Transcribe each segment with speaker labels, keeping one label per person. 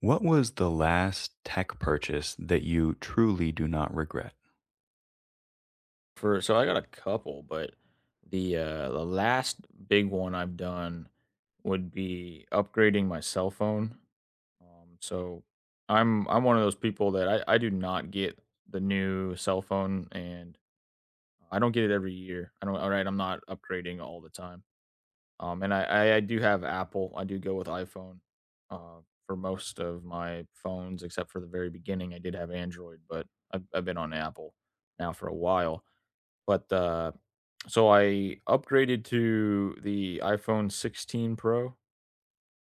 Speaker 1: What was the last tech purchase that you truly do not regret?
Speaker 2: For so I got a couple, but the last big one I've done would be upgrading my cell phone. So I'm one of those people that I do not get the new cell phone, and I don't get it every year. I don't. All right, I'm not upgrading all the time. I do have Apple. I do go with iPhone uh for most of my phones except for the very beginning. I did have Android, but I've been on Apple now for a while, but, uh so I upgraded to the iPhone 16 Pro,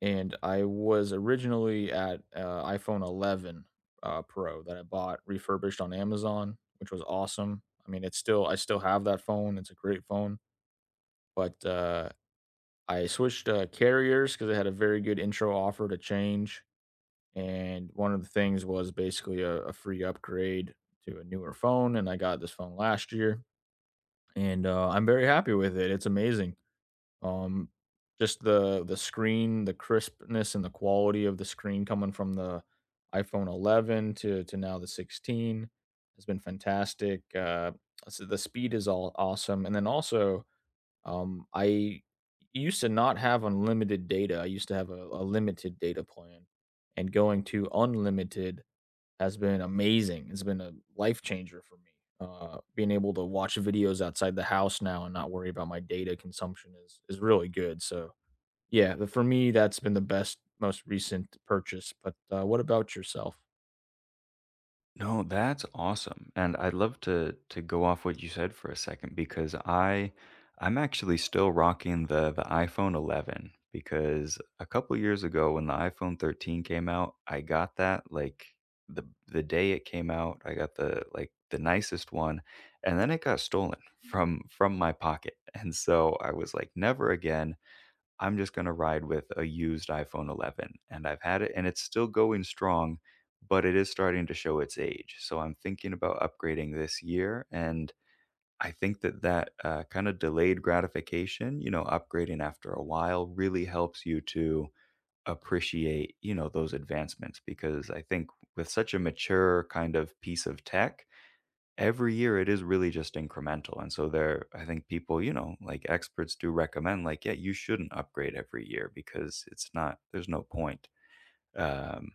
Speaker 2: and I was originally at, iPhone 11, Pro that I bought refurbished on Amazon, which was awesome. I mean, it's still I still have that phone, it's a great phone, but, uh, I switched, carriers because they had a very good intro offer to change, and one of the things was basically a free upgrade to a newer phone, and I got this phone last year, and, I'm very happy with it, it's amazing. Um, just the screen, the crispness and the quality of the screen coming from the iPhone 11 to now the 16 has been fantastic. So the speed is all awesome, and then also I used to not have unlimited data. I used to have a limited data plan, and going to unlimited has been amazing. It's been a life changer for me. Being able to watch videos outside the house now and not worry about my data consumption is really good. So yeah, for me, that's been the best, most recent purchase. But what about yourself?
Speaker 1: No, that's awesome. And I'd love to go off what you said for a second because I'm actually still rocking the iPhone 11 because a couple years ago when the iPhone 13 came out, I got that like the the day it came out, I got the like the nicest one and then it got stolen from my pocket. And so I was like never again, I'm just gonna ride with a used iPhone 11, and I've had it, and it's still going strong, but it is starting to show its age. So I'm thinking about upgrading this year, and I think that kind of delayed gratification, you know, upgrading after a while, really helps you to appreciate, you know, those advancements because I think with such a mature kind of piece of tech, every year it is really just incremental. And so there, I think people, you know, like experts do recommend, like, yeah, you shouldn't upgrade every year because it's not, there's no point. um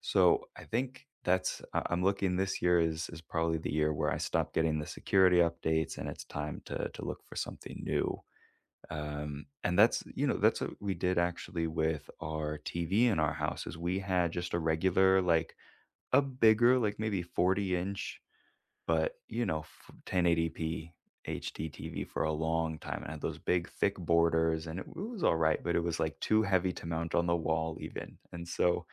Speaker 1: so i think that's I- I'm looking, this year is probably the year where I stop getting the security updates, and it's time to look for something new. And that's, you know, that's what we did actually with our TV in our house. Is we had just a regular, like, a bigger, like, maybe 40 inch, but, you know, f 1080p HD TV for a long time, and had those big thick borders, and it was alright, but it was, like, too heavy to mount on the wall even, and so,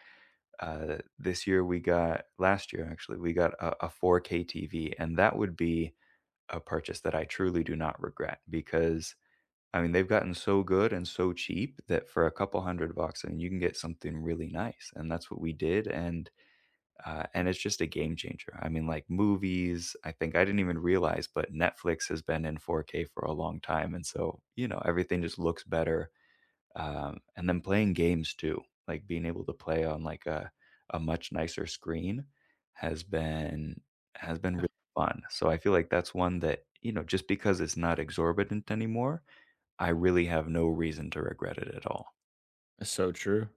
Speaker 1: this year we got last year actually, we got a 4K TV, and that would be a purchase that I truly do not regret because, I mean, they've gotten so good and so cheap that for a couple 100 bucks, I mean, you can get something really nice, and that's what we did, and and it's just a game changer. I mean, like movies, I think I didn't even realize, but Netflix has been in 4K for a long time, and so, you know, everything just looks better. And then playing games too, like being able to play on like a much nicer screen, has been, really fun. So I feel like that's one that, you know, just because it's not exorbitant anymore, I really have no reason to regret it at all.
Speaker 2: That's so true.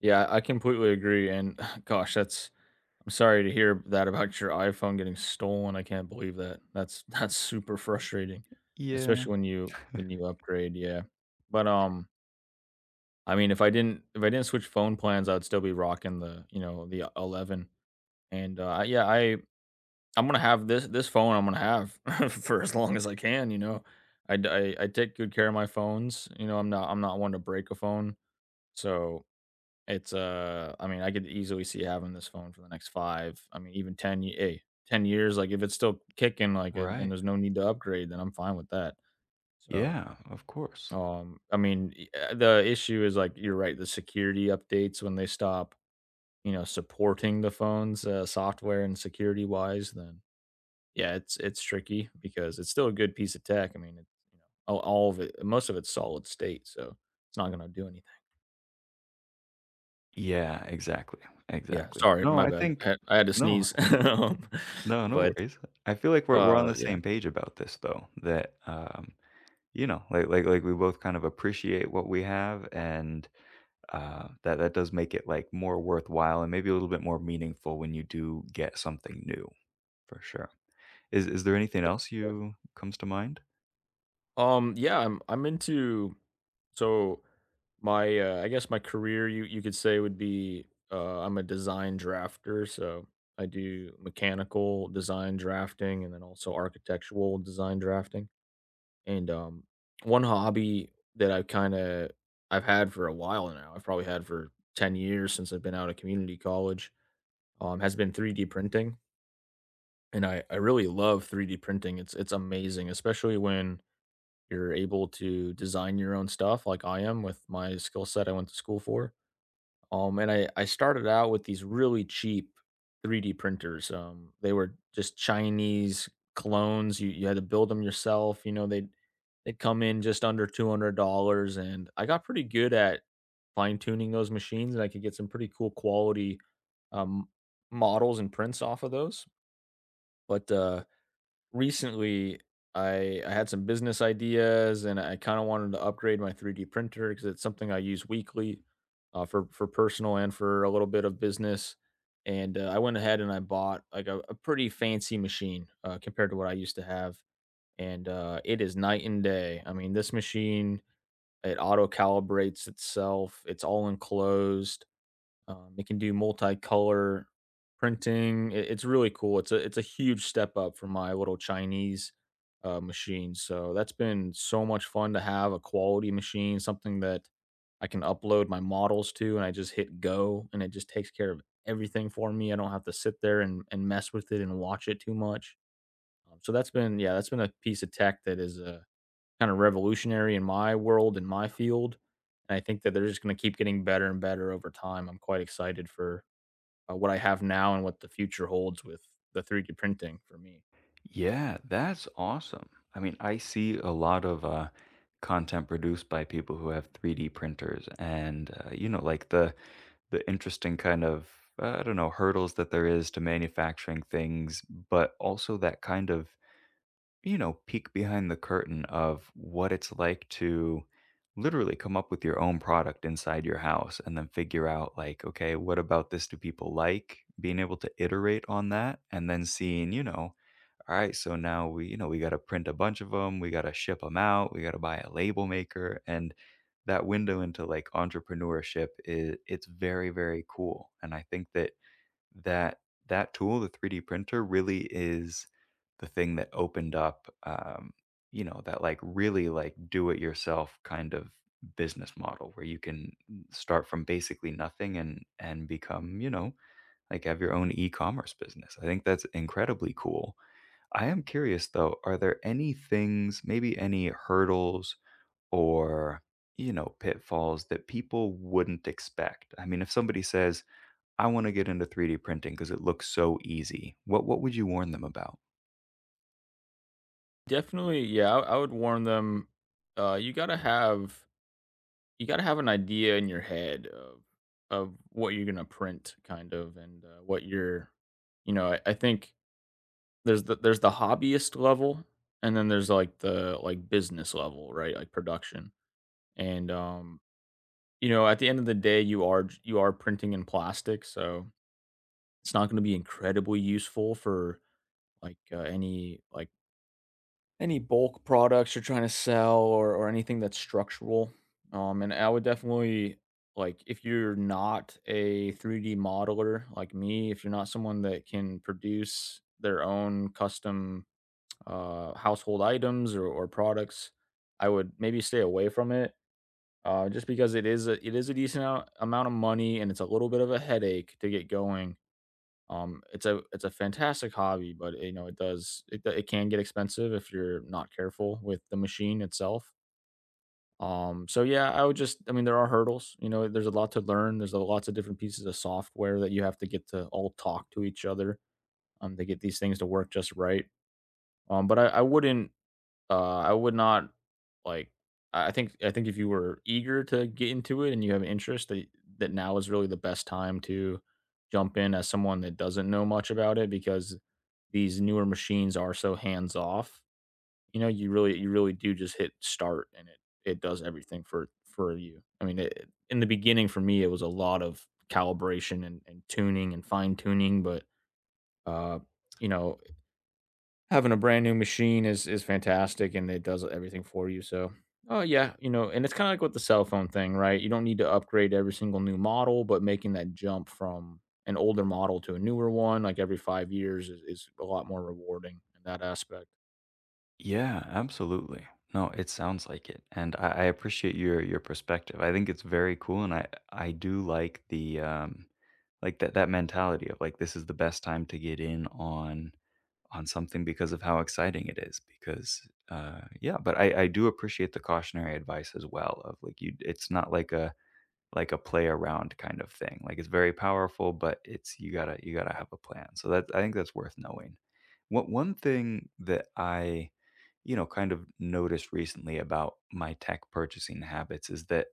Speaker 2: Yeah, I completely agree. And gosh, that's I'm sorry to hear that about your iPhone getting stolen. I can't believe that. That's that's super frustrating,
Speaker 1: Yeah.
Speaker 2: especially when you upgrade. Yeah, but I mean, if I didn't switch phone plans, I'd still be rocking the, you know, the 11. And, yeah, I I'm gonna have this phone. I'm gonna have for as long as I can, you know? I d I take good care of my phones, you know, I'm not one to break a phone. So, it's, I mean, I could easily see having this phone for the next 5, I mean, even 10 years, like, if it's still kicking, like, and
Speaker 1: Right.
Speaker 2: there's no need to upgrade, then I'm fine with that. So
Speaker 1: Yeah. Of course.
Speaker 2: I mean, e the issue is, like, you're right, the security updates when they stop, you know, supporting the phones, software and security-wise, then, yeah, it's tricky because it's still a good piece of tech. I mean, it's, you know, all of it most of it's solid state, so it's not gonna do anything.
Speaker 1: Yeah, exactly,
Speaker 2: Yeah,
Speaker 1: exactly.
Speaker 2: sorry,
Speaker 1: No,
Speaker 2: my
Speaker 1: I
Speaker 2: bad.
Speaker 1: think
Speaker 2: I had to
Speaker 1: no,
Speaker 2: sneeze.
Speaker 1: no, no
Speaker 2: But,
Speaker 1: worries. I feel like we're on
Speaker 2: uh,
Speaker 1: the
Speaker 2: yeah,
Speaker 1: same page about this though, that, you know, like we both kind of appreciate what we have, and, that does make it, like, more worthwhile and maybe a little bit more meaningful when you do get something new, for sure. Is there anything else
Speaker 2: yeah.
Speaker 1: you comes to mind?
Speaker 2: Yeah, I'm into so my I guess my career you could say would be I'm a design drafter, so I do mechanical design drafting and then also architectural design drafting. And one hobby that I've kind of I've had for a while now, I've probably had for 10 years since I've been out of community college, has been 3D printing, and I really love 3D printing. It's amazing, especially when you're able to design your own stuff like I am with my skill set I went to school for. I started out with these really cheap 3D printers. They were just Chinese clones. You had to build them yourself. You know, they'd come in just under $200. And I got pretty good at fine tuning those machines, and I could get some pretty cool quality um, models and prints off of those. But recently I had some business ideas, and I kind of wanted to upgrade my 3D printer because it's something I use weekly, for personal and for a little bit of business. And I went ahead and I bought like a pretty fancy machine, compared to what I used to have, and it is night and day. I mean, this machine, it auto calibrates itself. It's all enclosed. It can do multicolor printing. It's really cool. It's a huge step up from my little Chinese machine. So that's been so much fun to have a quality machine, something that I can upload my models to, and I just hit go, and it just takes care of everything for me. I don't have to sit there and mess with it and watch it too much. So that's been that's been a piece of tech that is kind of revolutionary in my world, in my field, and I think that they're just gonna keep getting better and better over time. I'm quite excited for, what I have now and what the future holds with the 3D printing for me.
Speaker 1: Yeah, that's awesome. I mean, I see a lot of content produced by people who have 3D printers and, you know, like the interesting kind of, I don't know, hurdles that there is to manufacturing things, but also that kind of, you know, peek behind the curtain of what it's like to literally come up with your own product inside your house and then figure out, like, okay, what about this do people like? Being able to iterate on that and then seeing, you know, all right, so now we, you know, we got to print a bunch of them, we got to ship them out, we got to buy a label maker, and that window into like entrepreneurship is, it's very very cool. And I think that that that tool, the 3D printer, really is the thing that opened up, you know, that like really like do it yourself kind of business model where you can start from basically nothing and and become, you know, like have your own e-commerce business. I think that's incredibly cool. I am curious though, are there any things, maybe any hurdles or, you know, pitfalls that people wouldn't expect? I mean, if somebody says, "I want to get into 3D printing because it looks so easy," what would you warn them about?
Speaker 2: Definitely, yeah, I would warn them, uh, you gotta have you gotta have an idea in your head of what you're gonna print kind of and, what you're I think there's the hobbyist level, and then there's, like, business level, right? Like, production, and, you know, at the end of the day, you are j you are printing in plastic, so it's not gonna be incredibly useful for, any, any bulk products you're trying to sell or anything that's structural. And I would definitely if you're not a 3D modeler like me, if you're not someone that can produce their own custom, household items or products, I would maybe stay away from it. Just because it is a decent amount of money, and it's a little bit of a headache to get going. It's a fantastic hobby, but, you know, it does it d it can get expensive if you're not careful with the machine itself. So, yeah, I would just I mean, there are hurdles, you know, there's a lot to learn, there's a lots of different pieces of software that you have to get to all talk to each other, to get these things to work just right. But I wouldn't I would not like I think if you were eager to get into it and you have an interest that now is really the best time to jump in as someone that doesn't know much about it because these newer machines are so hands off. You know, you really do just hit start, and it does everything for you. I mean, it, in the beginning for me it was a lot of calibration and, tuning and fine tuning, but uh, you know, having a brand new machine is fantastic, and it does everything for you, so. Oh, yeah, you know, and it's kinda like with the cell phone thing, right? You don't need to upgrade every single new model, but making that jump from an older model to a newer one, like, every 5 years is a lot more rewarding in that aspect.
Speaker 1: Yeah, absolutely. No, it sounds like it, and I appreciate your perspective. I think it's very cool, and I do like the like that mentality of like, this is the best time to get in on something because of how exciting it is. Because, uh, yeah, but I do appreciate the cautionary advice as well of like, you, it's not like a, like a play around kind of thing, like it's very powerful, but it's, you gotta, you gotta have a plan. So that, I think that's worth knowing. What One thing that I, you know, kind of noticed recently about my tech purchasing habits is that,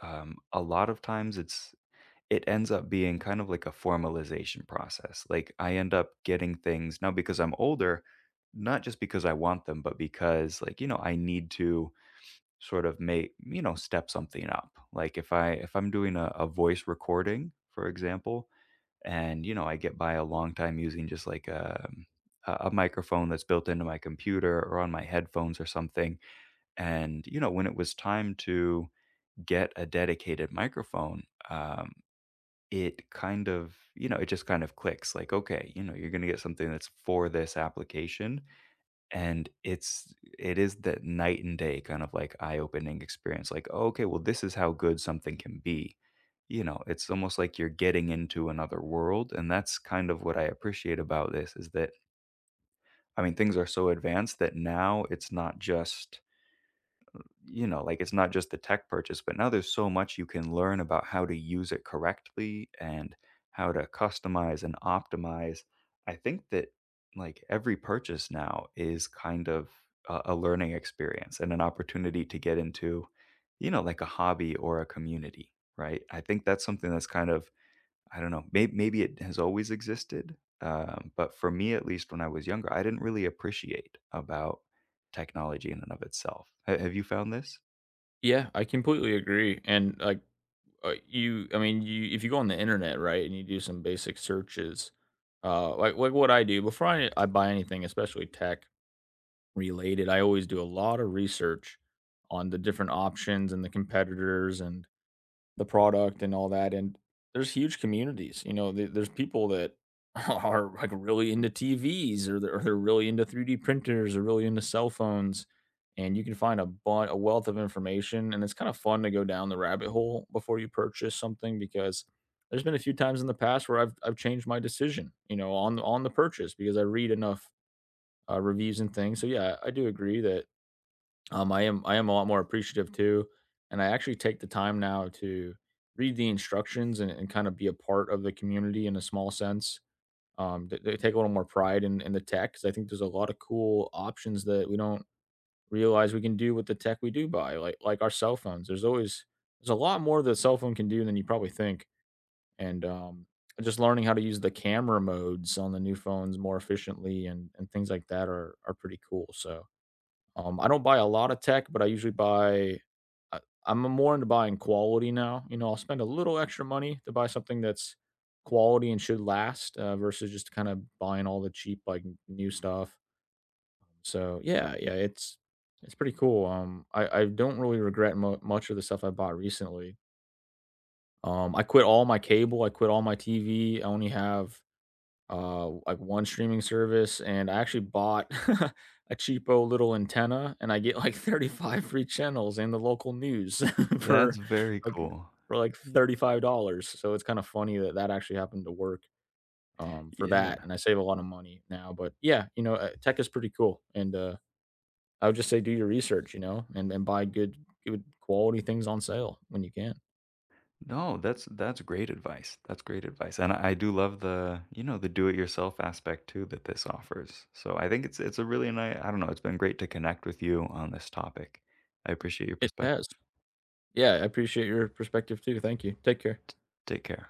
Speaker 1: a lot of times it's, it ends up being kind of like a formalization process. Like I end up getting things now because I'm older, not just because I want them, but because, like, you know, I need to sort of make, you know, step something up. Like if I, if I'm doing a voice recording, for example, and you know, I get by a long time using just like, a microphone that's built into my computer or on my headphones or something. And, you know, when it was time to get a dedicated microphone, um, it kind of, you know, it just kind of clicks, like, okay, you know, you're going to get something that's for this application. And it's, it is that night and day kind of like eye opening experience. Like, oh, okay, well, this is how good something can be. You know, it's almost like you're getting into another world. And that's kind of what I appreciate about this, is that, I mean, things are so advanced that now it's not just, you know, like it's not just the tech purchase, but now there's so much you can learn about how to use it correctly and how to customize and optimize. I think that like every purchase now is kind of a learning experience and an opportunity to get into, you know, like a hobby or a community, right? I think that's something that's kind of, I don't know, maybe, maybe it has always existed. But for me, at least when I was younger, I didn't really appreciate about technology in and of itself. Ha- have you found this?
Speaker 2: Yeah, I completely agree. And like I mean, you if you go on the internet, right, and you do some basic searches, like what I do before I buy anything, especially tech related, I always do a lot of research on the different options and the competitors and the product and all that, and there's huge communities, you know, there's people that are, like, really into TVs, or they're really into 3D printers or really into cell phones, and you can find a wealth of information, and it's kinda fun to go down the rabbit hole before you purchase something because there's been a few times in the past where I've changed my decision, you know, on on the purchase because I read enough, reviews and things, so yeah, I do agree that I am a lot more appreciative too, and I actually take the time now to read the instructions and, kind of be a part of the community in a small sense. They take a little more pride in, the tech because I think there's a lot of cool options that we don't realize we can do with the tech we do buy, like our cell phones. There's a lot more the cell phone can do than you probably think, and just learning how to use the camera modes on the new phones more efficiently and things like that are pretty cool. So. I don't buy a lot of tech, but I I'm more into buying quality now, you know, I'll spend a little extra money to buy something that's quality and should last, versus just kinda buying all the cheap, like, new stuff. So, yeah, it's pretty cool, I don't really regret mu much of the stuff I bought recently. I quit all my cable, I quit all my TV, I only have like one streaming service, and I actually bought a cheapo little antenna, and I get like 35 free channels and the local news
Speaker 1: That's
Speaker 2: for
Speaker 1: very
Speaker 2: like
Speaker 1: cool.
Speaker 2: for like
Speaker 1: Yeah.
Speaker 2: $35. So it's kind of funny that that actually happened to work for that,
Speaker 1: Yeah.
Speaker 2: and I save a lot of money now. But yeah, you know, tech is pretty cool, and I would just say do your research, you know, and buy good quality things on sale when you can.
Speaker 1: No, that's great advice. That's great advice, and I do love the, you know, the do it yourself aspect too that this offers. So I think it's a really nice. I don't know, it's been great to connect with you on this topic. I appreciate your
Speaker 2: It
Speaker 1: perspective.
Speaker 2: has. Yeah, I appreciate your perspective too. Thank you. Take care.
Speaker 1: Take care.